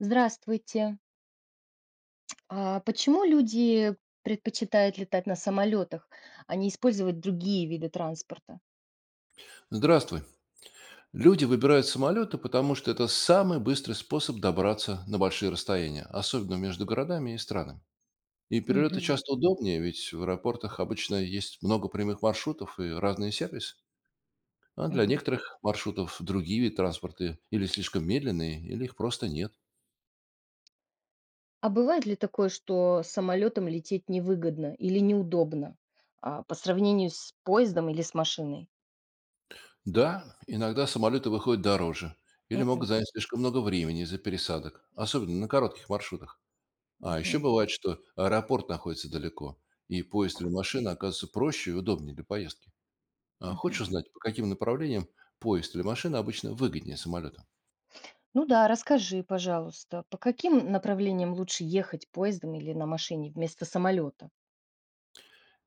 Здравствуйте. А почему люди предпочитают летать на самолетах, а не использовать другие виды транспорта? Здравствуй. Люди выбирают самолеты, потому что это самый быстрый способ добраться на большие расстояния, особенно между городами и странами. И перелеты Мгм. часто удобнее, ведь в аэропортах обычно есть много прямых маршрутов и разные сервисы. А для Мгм. некоторых маршрутов другие виды транспорта или слишком медленные, или их просто нет. А бывает ли такое, что самолетом лететь невыгодно или неудобно по сравнению с поездом или с машиной? Да, иногда самолеты выходят дороже или могут Мгм. занять слишком много времени из-за пересадок, особенно на коротких маршрутах. А еще Мгм. бывает, что аэропорт находится далеко, и поезд или машина оказывается проще и удобнее для поездки. А Мгм. хочешь узнать, по каким направлениям поезд или машина обычно выгоднее самолета? Ну да, расскажи, пожалуйста, по каким направлениям лучше ехать поездом или на машине вместо самолета?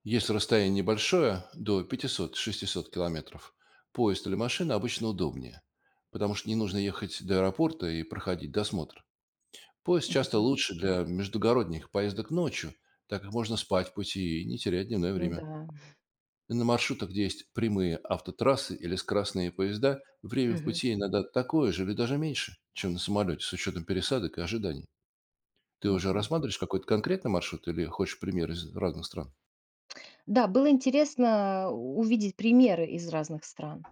Если расстояние небольшое, до 500-600 километров, поезд или машина обычно удобнее, потому что не нужно ехать до аэропорта и проходить досмотр. Поезд часто Мгм. лучше для междугородних поездок ночью, так как можно спать в пути и не терять дневное Ну время. да. На маршрутах, где есть прямые автотрассы или скоростные поезда, время в Мгм. пути иногда такое же или даже меньше, чем на самолете, с учетом пересадок и ожиданий. Ты уже Мгм. рассматриваешь какой-то конкретный маршрут или хочешь пример из разных стран? Да, было интересно увидеть примеры из разных стран.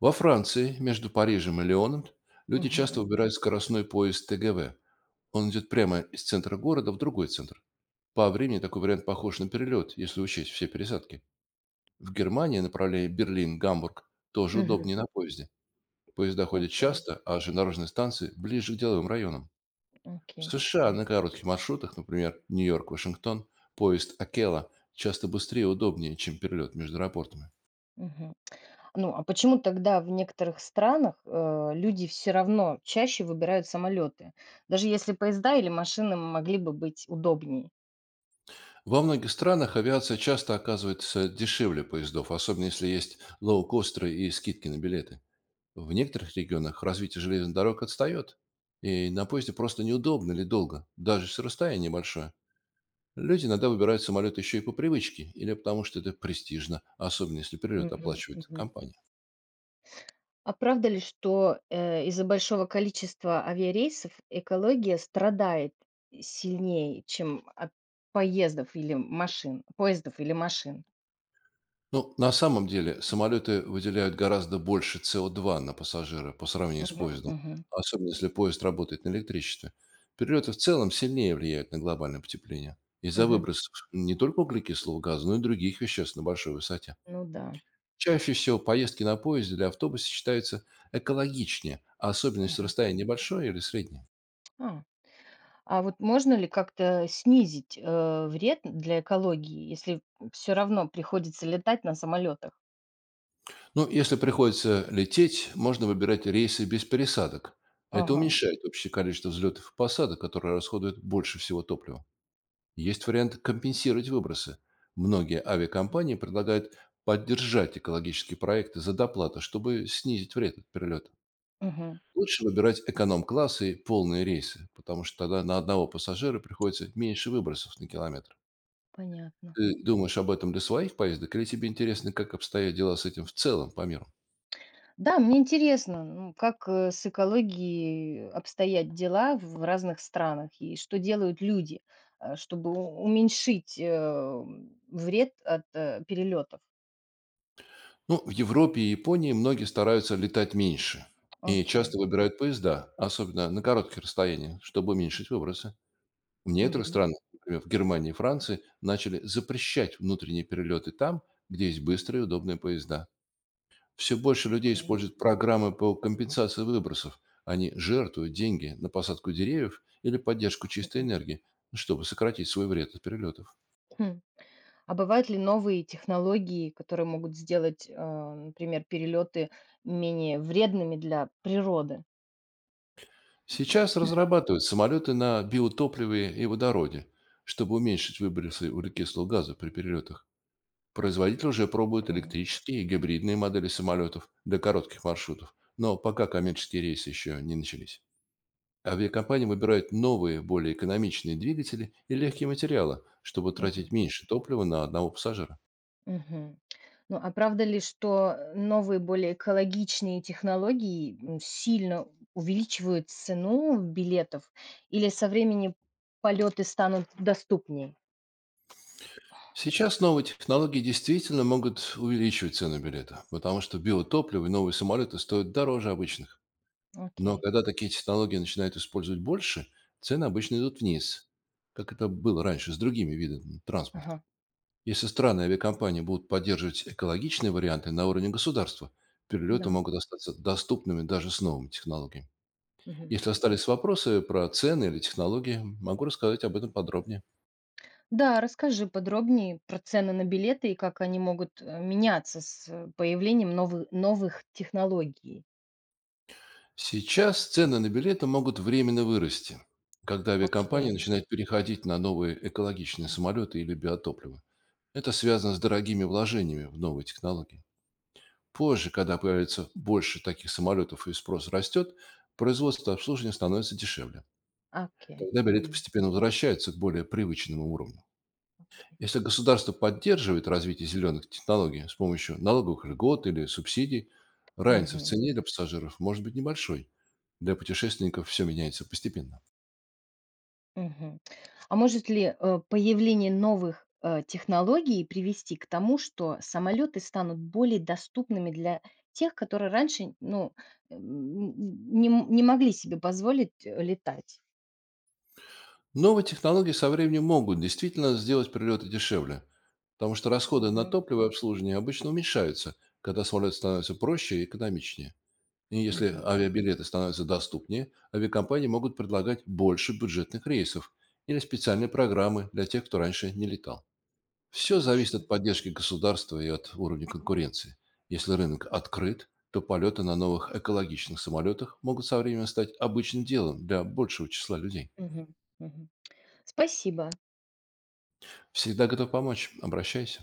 Во Франции, между Парижем и Лионом люди часто Мгм. выбирают скоростной поезд ТГВ. Он идет прямо из центра города в другой центр. По времени такой вариант похож на перелет, если учесть все пересадки. В Германии направление Берлин-Гамбург тоже Мгм. удобнее на поезде. Поезда ходят Окей, часто, а железнодорожные станции ближе к деловым районам. В окей. США на коротких маршрутах, например, Нью-Йорк-Вашингтон, поезд Акела часто быстрее и удобнее, чем перелет между аэропортами. Мгм. Ну, а почему тогда в некоторых странах, люди все равно чаще выбирают самолеты, даже если поезда или машины могли бы быть удобнее? Во многих странах авиация часто оказывается дешевле поездов, особенно если есть лоукостеры и скидки на билеты. В некоторых регионах развитие железных дорог отстает, и на поезде просто неудобно или долго, даже если расстояние большое. Люди иногда выбирают самолет еще и по привычке или потому, что это престижно, особенно если перелет Мгм, оплачивает мгм. компания. А правда ли, что, из-за большого количества авиарейсов экология страдает сильнее, чем от поездов или машин? Но на самом деле самолеты выделяют гораздо больше СО2 на пассажира по сравнению с Мгм, поездом, мгм, особенно если поезд работает на электричестве. Перелеты в целом сильнее влияют на глобальное потепление из-за мгм. выбросов не только углекислого газа, но и других веществ на большой высоте. Ну да. Чаще всего поездки на поезде или автобусе считаются экологичнее, особенно если Ага. расстояние небольшое или среднее. А, а вот можно ли как-то снизить, вред для экологии, если все равно приходится летать на самолетах? Ну, если приходится лететь, можно выбирать рейсы без пересадок. Это Ага. уменьшает общее количество взлетов и посадок, которые расходуют больше всего топлива. Есть вариант компенсировать выбросы. Многие авиакомпании предлагают поддержать экологические проекты за доплату, чтобы снизить вред от перелета. Мгм. Лучше выбирать эконом-классы и полные рейсы, потому что тогда на одного пассажира приходится меньше выбросов на километр. Понятно. Ты думаешь об этом для своих поездок или тебе интересно, как обстоят дела с этим в целом по миру? Да, мне интересно, ну, как, с экологией обстоят дела в разных странах и что делают люди, чтобы у уменьшить, вред от, перелётов? Ну, в Европе и Японии многие стараются летать меньше и Окей. часто выбирают поезда, особенно на короткие расстояния, чтобы уменьшить выбросы. В некоторых Мгм. странах, например, в Германии и Франции, начали запрещать внутренние перелеты там, где есть быстрые и удобные поезда. Все больше людей Окей. используют программы по компенсации выбросов. Они жертвуют деньги на посадку деревьев или поддержку чистой Мгм. энергии, чтобы сократить свой вред от перелетов. Хм. А бывают ли новые технологии, которые могут сделать, например, перелеты менее вредными для природы? Сейчас разрабатывают самолеты на биотопливе и водороде, чтобы уменьшить выбросы углекислого газа при перелетах. Производитель уже пробует Мгм. электрические и гибридные модели самолетов для коротких маршрутов, но пока коммерческие рейсы еще не начались. Авиакомпании выбирают новые, более экономичные двигатели и легкие материалы, чтобы Мгм. тратить меньше топлива на одного пассажира. Мгм. Ну, а правда ли, что новые, более экологичные технологии сильно увеличивают цену билетов, или со временем полеты станут доступнее? Сейчас новые технологии действительно могут увеличивать цену билета, потому что биотопливо и новые самолеты стоят дороже обычных. Но Окей. когда такие технологии начинают использовать больше, цены обычно идут вниз, как это было раньше с другими видами транспорта. Ага. Если страны и авиакомпании будут поддерживать экологичные варианты на уровне государства, перелеты Да. могут остаться доступными даже с новыми технологиями. Мгм. Если остались вопросы про цены или технологии, могу рассказать об этом подробнее. Да, расскажи подробнее про цены на билеты и как они могут меняться с появлением новых технологий. Сейчас цены на билеты могут временно вырасти, когда авиакомпании Окей, начинают переходить на новые экологичные самолеты или биотопливо. Это связано с дорогими вложениями в новые технологии. Позже, когда появится больше таких самолетов и спрос растет, производство и обслуживание становится дешевле. окей, Тогда билеты мгм, постепенно возвращаются к более привычному уровню. окей. Если государство поддерживает развитие зеленых технологий с помощью налоговых льгот или субсидий, разница в Мгм, цене для пассажиров может быть небольшой. Для путешественников все меняется постепенно. мгм. А может ли появление новых технологий привести к тому, что самолеты станут более доступными для тех, которые раньше ну, м, не могли себе позволить летать? Новые технологии со временем могут действительно сделать перелеты дешевле, потому что расходы на Мгм, топливо и обслуживание обычно уменьшаются, когда самолет становится проще и экономичнее. И если мгм. авиабилеты становятся доступнее, авиакомпании могут предлагать больше бюджетных рейсов или специальные программы для тех, кто раньше не летал. Все Хорошо. зависит от поддержки государства и от уровня конкуренции. Если рынок открыт, то полеты на новых экологичных самолетах могут со временем стать обычным делом для большего числа людей. Мгм, мгм. Спасибо. Всегда готов помочь. Обращайся.